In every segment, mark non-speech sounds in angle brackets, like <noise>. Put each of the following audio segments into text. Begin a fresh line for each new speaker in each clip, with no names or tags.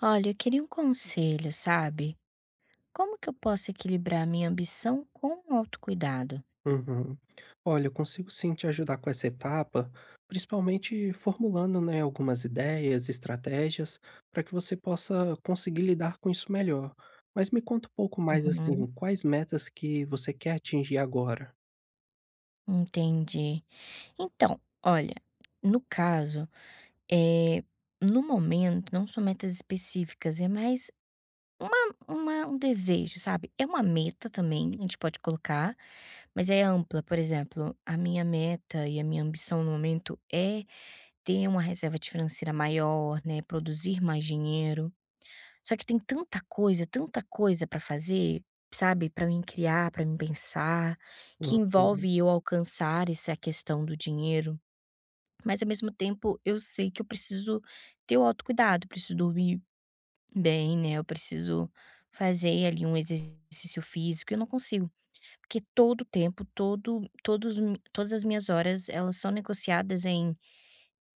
Olha, eu queria um conselho, sabe? Como que eu posso equilibrar minha ambição com o autocuidado?
Uhum. Olha, eu consigo sim te ajudar com essa etapa, principalmente formulando, né, algumas ideias, estratégias, para que você possa conseguir lidar com isso melhor. Mas me conta um pouco mais
Uhum,
assim, quais metas que você quer atingir agora?
entendi. Então, olha, no caso, eh, no momento, não são metas específicas, é mais um desejo, sabe? É uma meta também, a gente pode colocar, mas é ampla. Por exemplo, a minha meta e a minha ambição no momento é ter uma reserva de financeira maior, né? Produzir mais dinheiro. Só que tem tanta coisa pra fazer, sabe, pra mim criar, pra mim pensar, que
Uhum,
envolve eu alcançar essa questão do dinheiro, mas ao mesmo tempo eu sei que eu preciso ter o autocuidado, eu preciso dormir bem, né, eu preciso fazer ali um exercício físico, eu não consigo, porque todo o tempo, todo todos mi todas as minhas horas, elas são negociadas em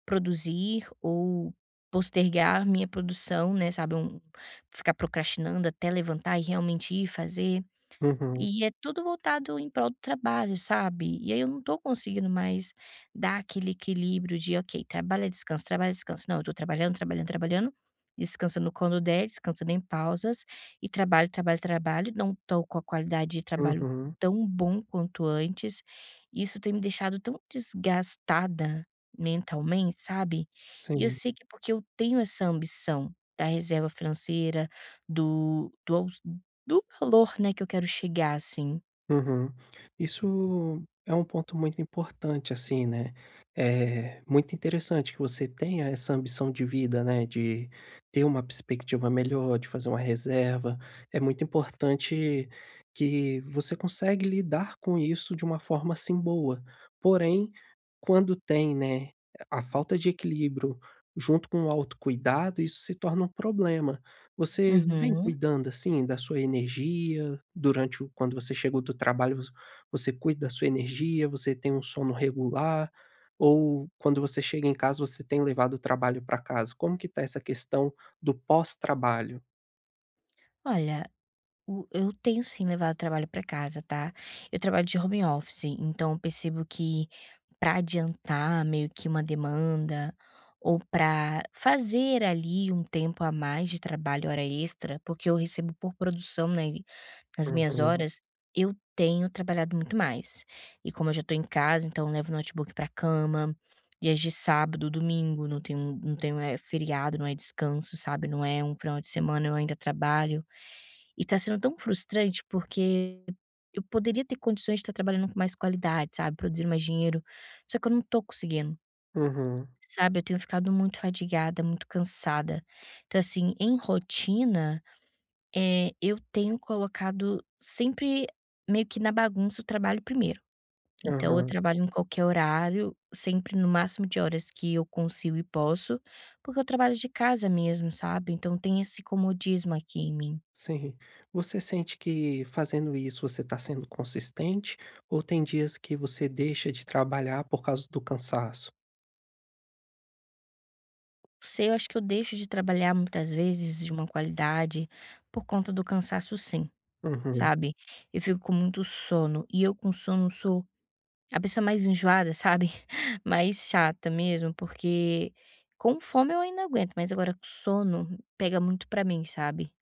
produzir ou postergar minha produção, né, sabe, um ficar procrastinando até levantar e realmente ir fazer.
uhum,
E é tudo voltado em prol do trabalho, sabe. E aí eu não tô conseguindo mais dar aquele equilíbrio de: "Ok, trabalha, descansa, trabalha, descansa". Não, eu tô trabalhando, trabalhando, trabalhando, descansando quando der, descansando em pausas e trabalho, trabalho, trabalho. Não tô com a qualidade de trabalho
uhum,
tão bom quanto antes. Isso tem me deixado tão desgastada mentalmente, sabe. E eu
sim.
sei que é porque eu tenho essa ambição da reserva financeira, do do do valor, né, que eu quero chegar, assim.
Uhum. Isso é um ponto muito importante, assim, né? É muito interessante que você tenha essa ambição de vida, né? De ter uma perspectiva melhor, de fazer uma reserva. É muito importante que você consegue lidar com isso de uma forma assim boa. Porém, quando tem, né, a falta de equilíbrio junto com o autocuidado, isso se torna um problema. Você vem
Uhum.
cuidando assim da sua energia, durante o quando você chegou do trabalho, vo você cuida da sua energia, você tem um sono regular, ou quando você chega em casa, você tem levado o trabalho para casa? Como que tá essa questão do pós-trabalho?
Olha, O eu tenho sim levado o trabalho para casa, tá. Eu trabalho de home office, então eu percebo que para adiantar meio que uma demanda, ou para fazer ali um tempo a mais de trabalho, hora extra, porque eu recebo por produção, né, nas minhas
Uhum,
horas, eu tenho trabalhado muito mais. E como eu já tô em casa, então eu levo o notebook para cama, dias de sábado, domingo, feriado, não é descanso, sabe, não é um final de semana, eu ainda trabalho. E tá sendo tão frustrante, porque eu poderia ter condições de estar trabalhando com mais qualidade, sabe, produzir mais dinheiro, só que eu não tô conseguindo,
uhum,
sabe. Eu tenho ficado muito fadigada, muito cansada. Então, assim, em rotina, eu tenho colocado sempre meio que na bagunça o trabalho primeiro. Então eu
aham,
trabalho em qualquer horário, sempre no máximo de horas que eu consigo e posso, porque eu trabalho de casa mesmo, sabe. Então tem esse comodismo aqui em mim.
sim. Você sente que fazendo isso você está sendo consistente, ou tem dias que você deixa de trabalhar por causa do cansaço?
Sei, eu acho que eu deixo de trabalhar muitas vezes de uma qualidade por conta do cansaço sim,
Uhum.
sabe. Eu fico com muito sono e eu com sono sou a pessoa mais enjoada, sabe, <laughs> mais chata mesmo, porque com fome eu ainda aguento, mas agora com sono pega muito pra mim, sabe.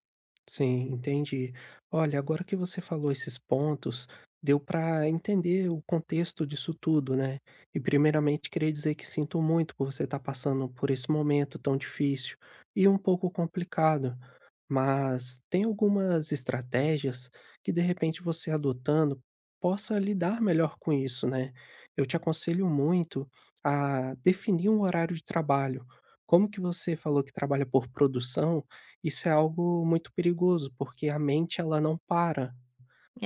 Sim, entendi. Olha, agora que você falou esses pontos, deu para entender o contexto disso tudo, né? E primeiramente queria dizer que sinto muito por você estar passando por esse momento tão difícil e um pouco complicado. Mas tem algumas estratégias que de repente você adotando possa lidar melhor com isso, né? Eu te aconselho muito a definir um horário de trabalho. Como que você falou que trabalha por produção, isso é algo muito perigoso, porque a mente ela não para.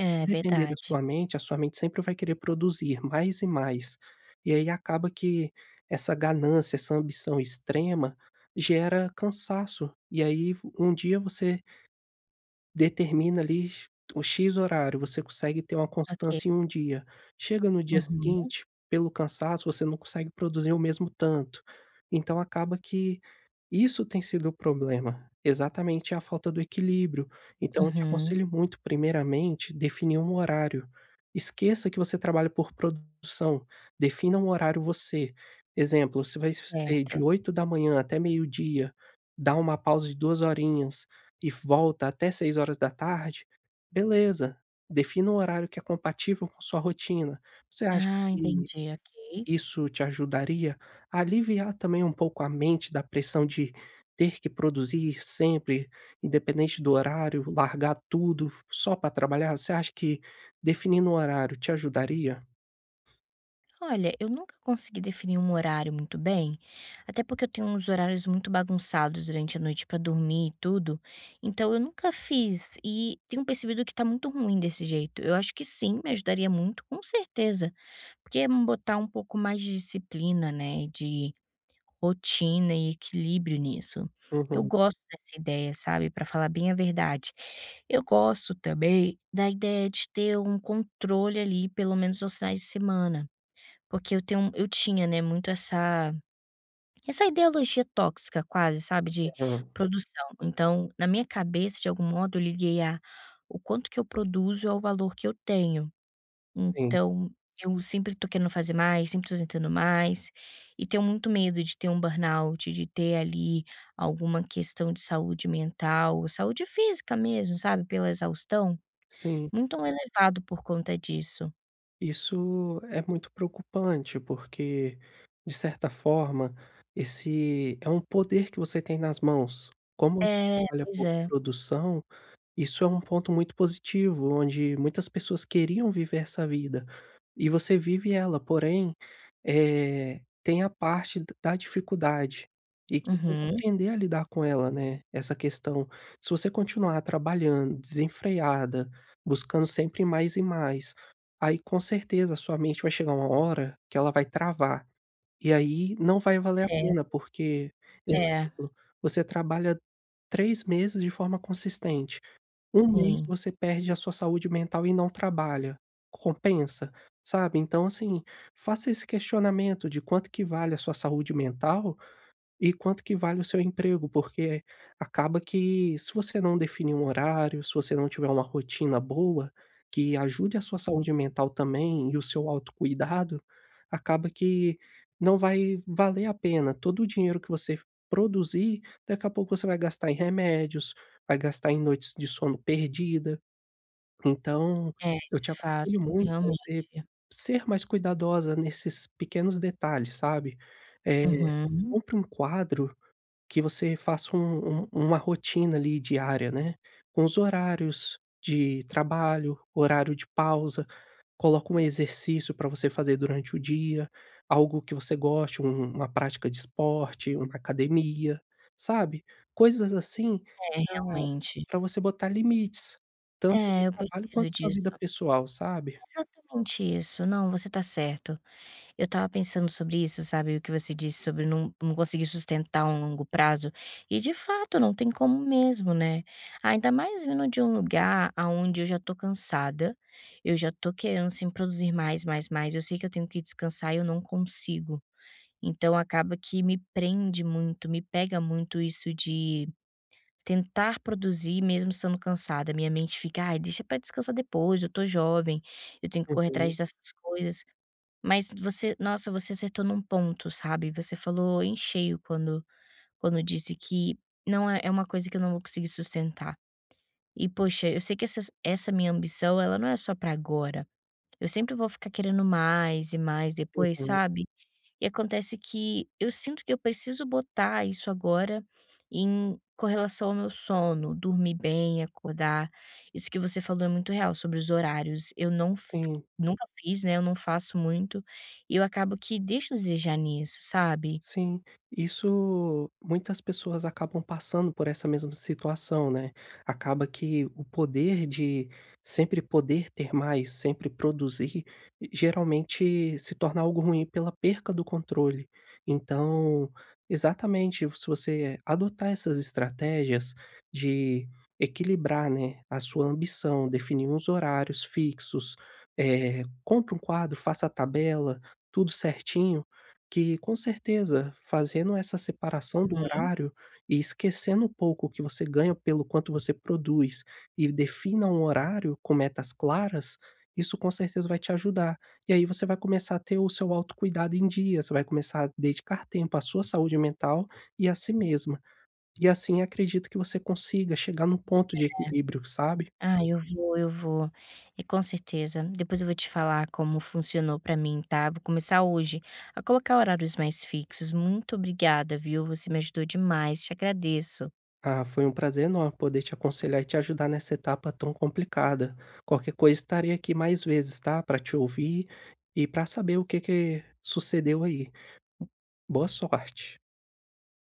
Se depender da
verdade.
sua mente, a sua mente sempre vai querer produzir mais e mais. E aí acaba que essa ganância, essa ambição extrema gera cansaço. E aí um dia você determina ali o "x" horário, você consegue ter uma
Ok.
constância em um dia. Chega no dia
Uhum,
seguinte, pelo cansaço, você não consegue produzir o mesmo tanto. Então acaba que isso tem sido o problema, exatamente a falta do equilíbrio. Então eu te
uhum.
aconselho muito, primeiramente, definir um horário. Esqueça que você trabalha por produção, defina um horário você. Exemplo, se vai ser
Certo.
de oito da manhã até meio dia, dá uma pausa de 2 horinhas e volta até seis horas da tarde, beleza, defina um horário que é compatível com sua rotina. Você acha
Ah,
que
entendi, ok.
isso te ajudaria a aliviar também um pouco a mente da pressão de ter que produzir sempre, independente do horário, largar tudo só para trabalhar? Você acha que definindo um horário te ajudaria?
Olha, eu nunca consegui definir um horário muito bem, até porque eu tenho uns horários muito bagunçados durante a noite pra dormir e tudo. Então eu nunca fiz e tenho percebido que tá muito ruim desse jeito. Eu acho que sim, me ajudaria muito, com certeza, porque é botar um pouco mais de disciplina, né, de rotina e equilíbrio nisso. Eu
Uhum,
gosto dessa ideia, sabe? Pra falar bem a verdade. Eu gosto também da ideia de ter um controle ali, pelo menos aos finais de semana. Porque eu tinha, né, muito essa essa ideologia tóxica quase, sabe, de
aham.
produção. Então, na minha cabeça, de algum modo, eu liguei a o quanto que eu produzo ao valor que eu tenho.
Sim,
Então, eu sempre tô querendo fazer mais, sempre tô tentando mais, e tenho muito medo de ter um burnout, de ter ali alguma questão de saúde mental, saúde física mesmo, sabe, pela exaustão,
sim.
muito um elevado por conta disso.
Isso é muito preocupante, porque, de certa forma, esse é um poder que você tem nas mãos. Como você
É,
trabalha
pois
por
é.
produção, isso é um ponto muito positivo, onde muitas pessoas queriam viver essa vida, e você vive ela, porém, tem a parte d da dificuldade, e que tem que
Uhum.
aprender a lidar com ela, né, essa questão. Se você continuar trabalhando desenfreada, buscando sempre mais e mais, aí com certeza a sua mente vai chegar uma hora que ela vai travar, e aí não vai valer a pena,
Certo,
porque,
é.
exemplo, você trabalha 3 meses de forma consistente. Um mês
Sim.
você perde a sua saúde mental e não trabalha. Compensa? Sabe, então assim, faça esse questionamento de quanto que vale a sua saúde mental e quanto que vale o seu emprego, porque acaba que se você não definir um horário, se você não tiver uma rotina boa, que ajude a sua saúde mental também e o seu autocuidado, acaba que não vai valer a pena. Todo o dinheiro que você produzir, daqui a pouco você vai gastar em remédios, vai gastar em noites de sono perdida. Então,
É,
eu
de
te aconselho
fato,
muito a
realmente.
você ser mais cuidadosa nesses pequenos detalhes, sabe? Eh,
Uhum.
compre um quadro que você faça uma rotina ali diária, né, com os horários de trabalho, horário de pausa, coloca um exercício para você fazer durante o dia, algo que você goste, uma prática de esporte, uma academia, sabe, coisas assim
É, realmente.
para você botar limites, tanto no
É, eu
trabalho
preciso
quanto na sua
disso.
vida pessoal, sabe.
Exatamente isso. Não, você tá certo. Eu estava pensando sobre isso, sabe, o que você disse sobre não conseguir sustentar um longo prazo, e de fato não tem como mesmo, né. Ainda mais vindo de um lugar aonde eu já tô cansada, eu já tô querendo, sim, produzir mais, mais, mais, eu sei que eu tenho que descansar e eu não consigo. Então acaba que me prende muito, me pega muito isso de tentar produzir mesmo estando cansada. Minha mente fica: "Ai, deixa pra descansar depois, eu tô jovem, eu tenho que correr
Uhum,
atrás dessas coisas". Mas você, nossa, você acertou num ponto, sabe. Você falou em cheio quando disse que não é é uma coisa que eu não vou conseguir sustentar. E poxa, eu sei que essa minha ambição, ela não é só pra agora. Eu sempre vou ficar querendo mais e mais depois,
uhum,
sabe. E acontece que eu sinto que eu preciso botar isso agora em correlação ao meu sono, dormir bem, acordar. Isso que você falou é muito real sobre os horários. Eu não fi
sim.
Nunca fiz, né, eu não faço muito, e eu acabo que deixo a desejar nisso, sabe.
Sim, isso muitas pessoas acabam passando por essa mesma situação, né. Acaba que o poder de sempre poder ter mais, sempre produzir, geralmente se torna algo ruim pela perca do controle. Então, exatamente, se você adotar essas estratégias de equilibrar, né, a sua ambição, definir uns horários fixos, compra um quadro, faça a tabela, tudo certinho, que com certeza, fazendo essa separação do
Uhum.
horário e esquecendo um pouco o que você ganha pelo quanto você produz e defina um horário com metas claras, isso com certeza vai te ajudar. E aí você vai começar a ter o seu autocuidado em dia, você vai começar a dedicar tempo à sua saúde mental e a si mesma. E assim acredito que você consiga chegar num ponto de equilíbrio, sabe?
Ah, eu vou, eu vou. E com certeza. Depois eu vou te falar como funcionou pra mim, tá. Vou começar hoje a colocar horários mais fixos. Muito obrigada, viu. Você me ajudou demais, te agradeço.
Ah, foi um prazer enorme poder te aconselhar e te ajudar nessa etapa tão complicada. Qualquer coisa, estarei aqui mais vezes, tá? Para te ouvir e para saber o que que sucedeu aí. Boa sorte.